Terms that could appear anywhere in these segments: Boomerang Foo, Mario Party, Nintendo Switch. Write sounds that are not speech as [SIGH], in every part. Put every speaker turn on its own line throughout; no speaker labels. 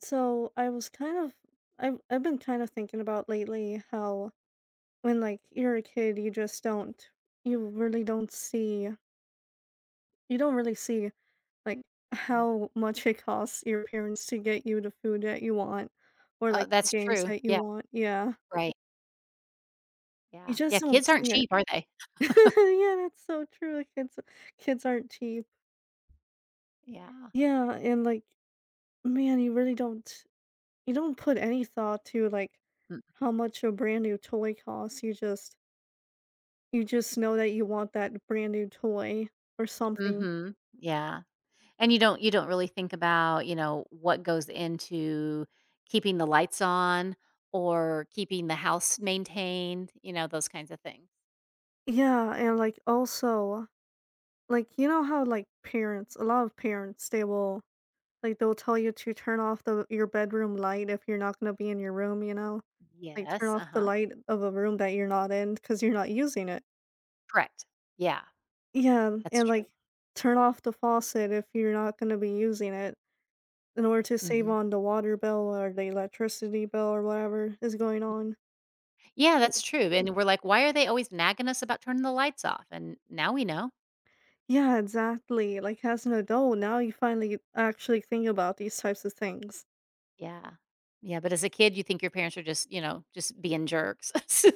So I was kind of I've been kind of thinking about lately how when you're a kid you just don't you really don't see you don't really see like
Mhm.
how much it costs your parents to get you the food that you want or
Oh,
like the
that's
games
true.
that you
Yeah,
want. Yeah.
right.
You
Yeah. Yeah,
just don't
kids aren't
see it.
cheap, are they?
[LAUGHS] Yeah, that's so true. Like, kids aren't cheap.
Yeah.
Yeah, and like man, you really don't put any thought to like how much a brand new toy costs. You just know that you want that brand new toy or
Mm
something.
mhm. Yeah. And you don't really think about, you know, what goes into keeping the lights on or keeping the house maintained, you know, those kinds of things.
Yeah, and, like, also, like, you know how, like, parents a lot of parents, they will they'll tell you to turn off the your bedroom light if you're not gonna be in your room, you know? Like, turn
Yes,
off the
uh-huh.
light of a room that you're not in because 'cause you're not using it.
Correct. Yeah,
Yeah,
that's
and,
true.
like, turn off the faucet if you're not gonna be using it in order to save
Mhm.
on the water bill or the electricity bill or whatever is going on.
Yeah, that's true, and we're like, "Why are they always nagging us about turning the lights off?" And now we know.
Yeah, exactly. Like as an adult, now you finally actually think about these types of things.
Yeah. Yeah, but as a kid, you think your parents are just, you know, just being jerks. [LAUGHS] So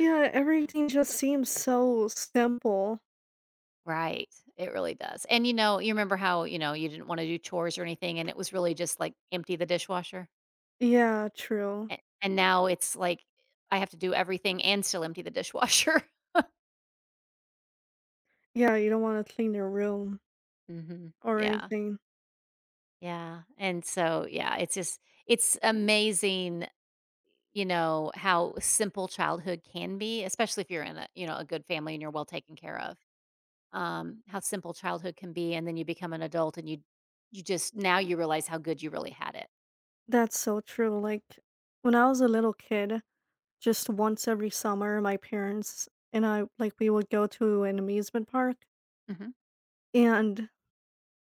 Yeah, everything just seems so simple.
right. It really does. And, you know, you remember how, you know, you didn't wanna do chores or anything, and it was really just, like, empty the dishwasher?
Yeah, true.
A and now it's like, I have to do everything and still empty the dishwasher. [LAUGHS]
Yeah, you don't want to clean your room
Mhm.
or
Yeah.
anything.
Yeah. And so, yeah, it's amazing, you know, how simple childhood can be, especially if you're in a, you know, a good family and you're well taken care of. How simple childhood can be, and then you become an adult and you just now you realize how good you really had it.
That's so true. Like when I was a little kid, just once every summer, my parents and I, like, we would go to an amusement park.
Mhm.
And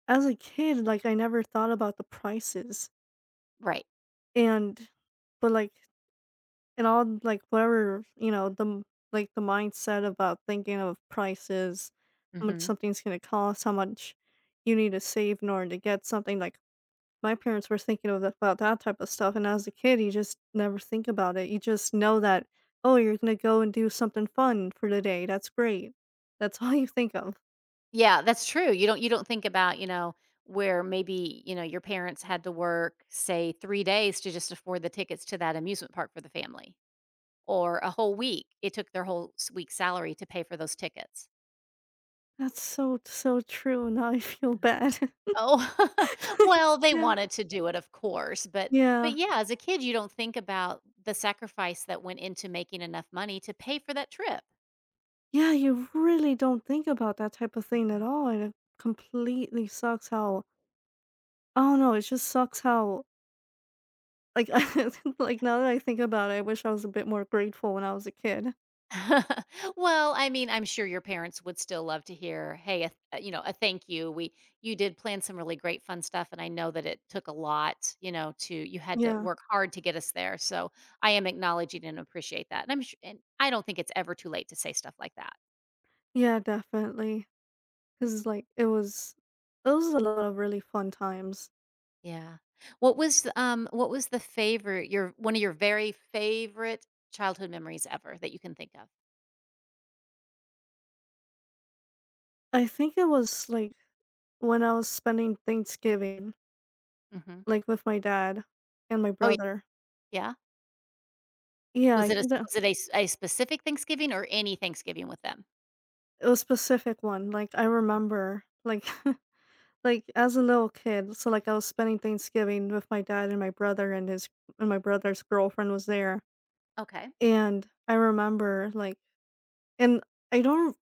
as a kid, like, I never thought about the prices.
Right.
And, but like, and all, like, whatever, you know, the m like, the mindset about thinking of prices, how much
Mhm.
something's gonna cost, how much you need to save in order to get something, like, my parents were thinking of about that type of stuff, and as a kid, you just never think about it, you just know that, "Oh, you're gonna go and do something fun for the day, that's great." That's all you think of.
Yeah, that's true. You don't think about, you know, where maybe, you know, your parents had to work, say, 3 days to just afford the tickets to that amusement park for the family, or a whole week. It took their whole s week's salary to pay for those tickets.
That's so, so true, now I feel bad.
Oh, [LAUGHS]
[LAUGHS]
well, they
Yeah.
wanted to do it, of course, but
Yeah.
yeah, as a kid, you don't think about the sacrifice that went into making enough money to pay for that trip.
Yeah, you really don't think about that type of thing at
Mhm.
all, and it completely sucks how I don't know, it just sucks how like [LAUGHS] like now that I think about it, I wish I was a bit more grateful when I was a kid.
[LAUGHS] Well, I mean, I'm sure your parents would still love to hear, "Hey, a th you know, a thank you. We You did plan some really great fun stuff, and I know that it took a lot, you know, to you had to
Yeah.
work hard to get us there, so I am acknowledging and appreciate that." And I'm su and I don't think it's ever too late to say stuff like that.
Yeah, definitely. Cause like it was a lot of really fun times.
Yeah. What was the favorite your one of your very favorite childhood memories ever that you can think of?
I think it was like when I was spending Thanksgiving,
Mhm.
like with my dad and my
Oh, yeah?
brother.
Yeah.
Yeah,
Was
I
it a
think that
was it a s a specific Thanksgiving or any Thanksgiving with them?
it was a specific one. Like I
Mhm.
remember like [LAUGHS] like, as a little kid, so, like, I was spending Thanksgiving with my dad and my brother and his and my brother's girlfriend was there,
Okay.
and I remember, like, and I don't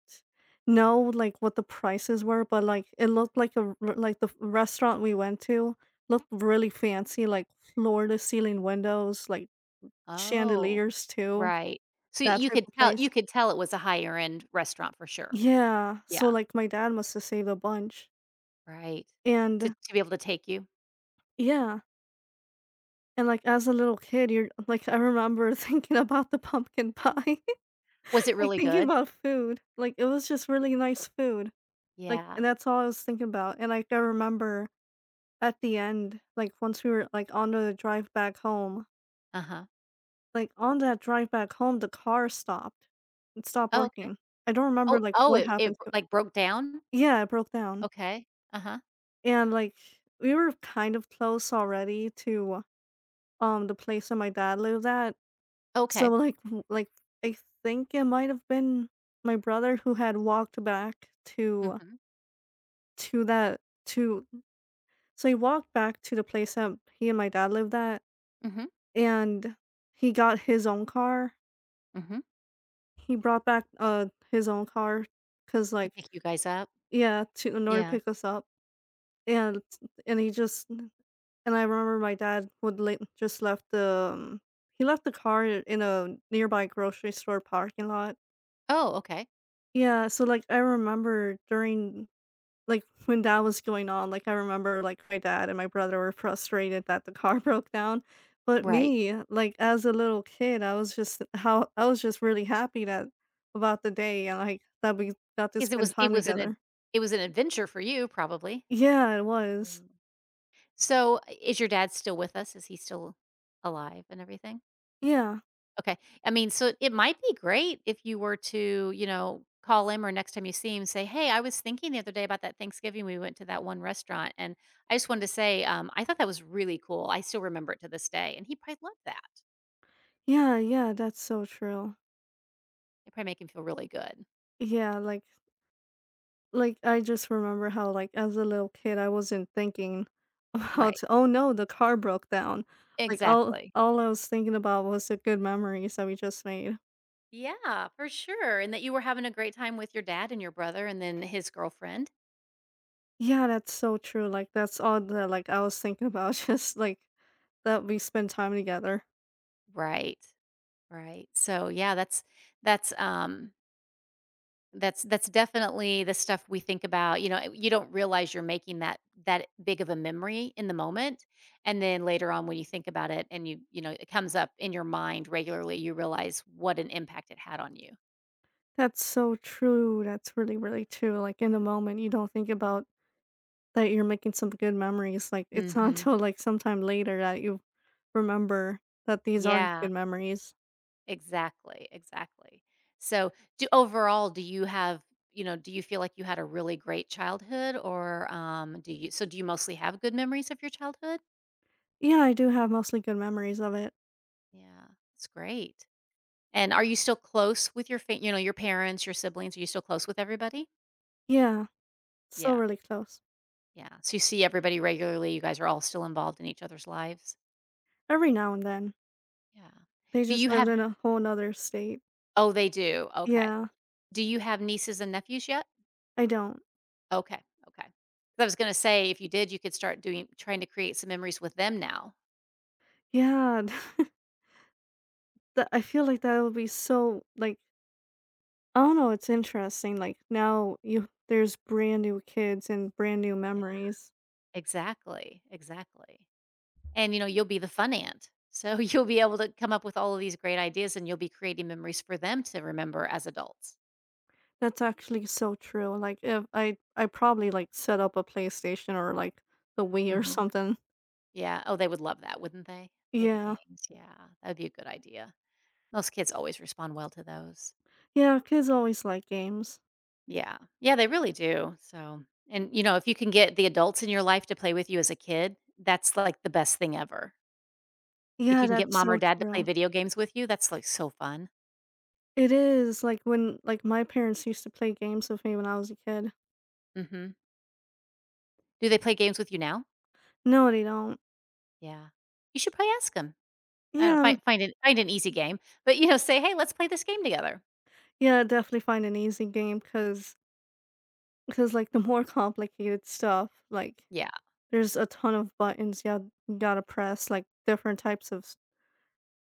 know, like, what the prices were, but, like, it looked like a r like, the restaurant we went to looked really fancy, like, floor-to-ceiling windows, like,
Oh,
chandeliers too,
right. So
that
you
type
could
of
tell
place.
you could tell it was a higher end restaurant for sure.
Yeah, so,
Yeah,
like, my dad must have saved a bunch,
right. To
and
to be able to take you.
yeah. And, like, as a little kid, you're like, I remember [LAUGHS] thinking about the pumpkin pie,
Was it
[LAUGHS] like,
really
thinking
good?
about food. Like, it was just really nice food. Like,
Yeah.
and that's all I was thinking about, and, like, I remember at the end, like, once we were, like, on the drive back home,
Uh-huh.
like, on that drive back home, the car stopped. It stopped
Oh, okay.
working. I don't remember,
Oh
like,
oh,
what
it,
happened to it.
like, broke down?
Yeah, it broke down,
Okay. Uh-huh.
and, like, we were kind of close already to, the place that my dad lived at. So,
Okay.
like, I think it might have been my brother who had walked back
Mhm.
to that to so he walked back to the place that he and my dad lived at,
Mhm,
and he got his own car.
mhm.
He brought back, his own car cause
To
like
pick you guys up?
yeah, to in order to
Yeah.
pick us up, and and he just and I remember my dad would le just left the, he left the car in a nearby grocery store parking lot.
Oh, okay.
Yeah, so, like, I remember during like, when that was going on, like, I remember, like, my dad and my brother were frustrated that the car [LAUGHS] broke down, but
Right.
me, like, as a little kid, I was just how I was just really happy that about the day and, like, that we got to
Because
spend
it
time
was an ad
together.
it was an adventure for you probably,
Yeah, it was.
and so, I is your dad still with us? Is he still alive and everything?
Yeah.
Okay. I mean, so it might be great if you were to, you know, call him or next time you see him, say, "Hey, I was thinking the other day about that Thanksgiving we went to that one restaurant, and I just wanted to say, I thought that was really cool. I still remember it to this day." And he probably loved that.
Yeah, yeah, that's so true.
It probably make him feel really good.
Yeah, like, I just remember how, like, as a little kid, I wasn't thinking [LAUGHS] about,
Right.
"Oh, no, the car broke down." Like,
Exactly.
all I was thinking about was the good memories that we just made.
Yeah, for sure. And that you were having a great time with your dad and your brother and then his girlfriend.
Yeah, that's so true, like, that's all that, like, I was thinking about, [LAUGHS] just, like, that we spend time together.
Right. Right. So yeah, that's um that's that's definitely the stuff we think about. You know, eh, you don't realize you're making that big of a memory in the moment. And then later on when you think about it and you know, it comes up in your mind regularly, you realize what an impact it had on you.
That's so true, that's really, really true, like, in the moment, you don't think about that you're making some good memories, like, it's not [LAUGHS]
Mhm.
until like, sometime later that you remember that these are
Yeah.
good memories.
Exactly, exactly. So, do overall, do you have you know, do you feel like you had a really great childhood or, do you mostly have good memories of your childhood?
Yeah, I do have mostly good memories of it.
Yeah, it's great. And are you still close with your fa you know, your parents, your siblings, are you still close with everybody?
Yeah, still
Yeah,
really close.
yeah. So you see everybody regularly, you guys are all still involved in each other's lives?
Every now and then.
Yeah.
They
Do you
just lived
have...
in a whole 'nother state.
Oh, they do, okay.
Yeah,
Do you have nieces and nephews yet?
I don't.
Okay, okay. 'Cause I was gonna say, if you did, you could start doing trying to create some memories with them now.
Yeah, [LAUGHS] that I feel like that would be so, like oh no, it's interesting. Like now you there's brand new kids and brand new
Yeah.
memories.
Exactly, exactly. And, you know, you'll be the fun aunt, so [LAUGHS] you'll be able to come up with all of these great ideas, and you'll be creating memories for them to remember as adults.
That's actually so true. Like if I probably like set up a PlayStation or like the Wii or
Mhm.
something.
Yeah, oh, they would love that, wouldn't they? Play the
Yeah.
games, yeah, that'd be a good idea. Most kids always respond well to those.
Yeah, kids always like games.
Yeah. Yeah, they really do, so and, you know, if you can get the adults in your life to play with you as a kid, that's, like, the best thing ever. If
Yeah,
you can get
that's
mom or
so
dad to play
true.
video games with you, that's, like, so fun.
It is like when like my parents used to play games with me when I was a kid.
Mhm. Do they play games with you now?
No, they don't.
Yeah. You should probably ask 'em. I don't
Yeah,
find an easy game, but, you know, say, "Hey, let's play this game together."
yeah, definitely find an easy game cuz like the more [LAUGHS] complicated stuff like
Yeah.
there's a ton of buttons you gotta press, like, different types of s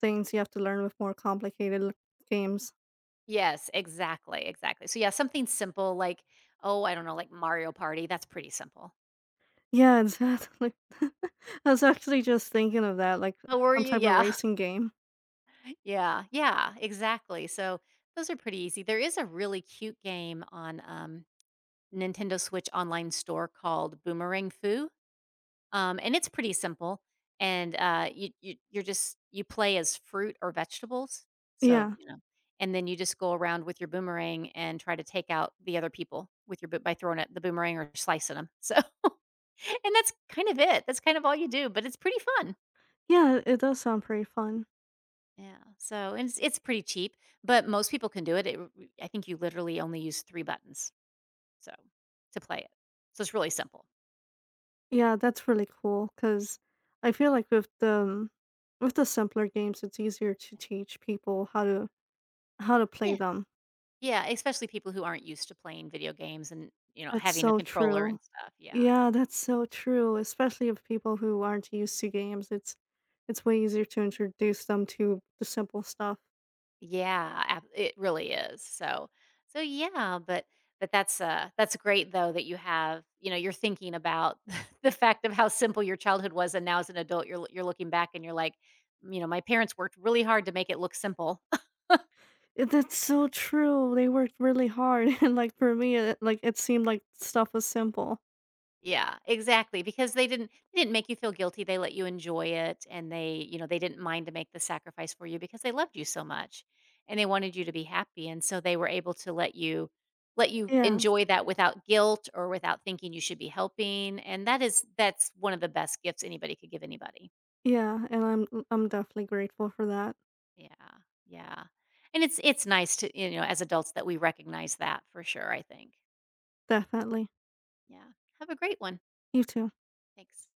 things you have to learn with more complicated l games.
Yes, exactly, exactly. So, yeah, something simple like, oh, I don't know, like Mario Party, that's pretty simple.
Yeah, exactly. [LAUGHS] I was actually just thinking of that, like,
Oh, were
some
you?
type of
Yeah.
racing game.
[LAUGHS] Yeah, yeah, exactly. So, those are pretty easy. There is a really cute game on, Nintendo Switch online store called Boomerang Foo. And it's pretty simple. And you, you play as fruit or vegetables. So
Yeah.
you know, and then you just go around with your boomerang and try to take out the other people with your by throwing at the boomerang or slicing them. So, [LAUGHS] and that's kind of it. That's kind of all you do. But it's pretty fun.
Yeah, it does sound pretty fun.
Yeah. So and it's pretty cheap, but most people can do it. I think you literally only use three buttons. So to play it, so it's really simple.
Yeah, that's really cool because I feel like with the simpler games, it's easier to teach people how to play them.
Yeah, especially people who aren't used to playing video games and, you know,
That's
having a
so
controller and
true.
stuff, yeah.
Yeah, that's so true, especially of people who aren't used to games. It's way easier to introduce them to the simple stuff.
Yeah, ab it really is, so yeah, but that's great though that you have you know, you're thinking about [LAUGHS] the fact of how simple your childhood was, and now as an adult, you're l you're looking back and you're like, you know, "My parents worked really hard to make it look simple."
Eh, that's so true. They worked really hard, [LAUGHS] and like for me, it, like it seemed like stuff was simple.
Yeah, exactly, because they didn't make you feel guilty, they let you enjoy it, and they, you know, they didn't mind to make the sacrifice for you because they loved you so much, and they wanted you to be happy, and so they were able to let you
Yeah,
enjoy that without guilt or without thinking you should be helping, and that's one of the best gifts anybody could give anybody.
yeah, and I'm definitely grateful for that.
Yeah. Yeah. And it's nice to, you know, as adults that we recognize that for sure, I think.
Definitely.
Yeah. Have a great one.
You too.
Thanks.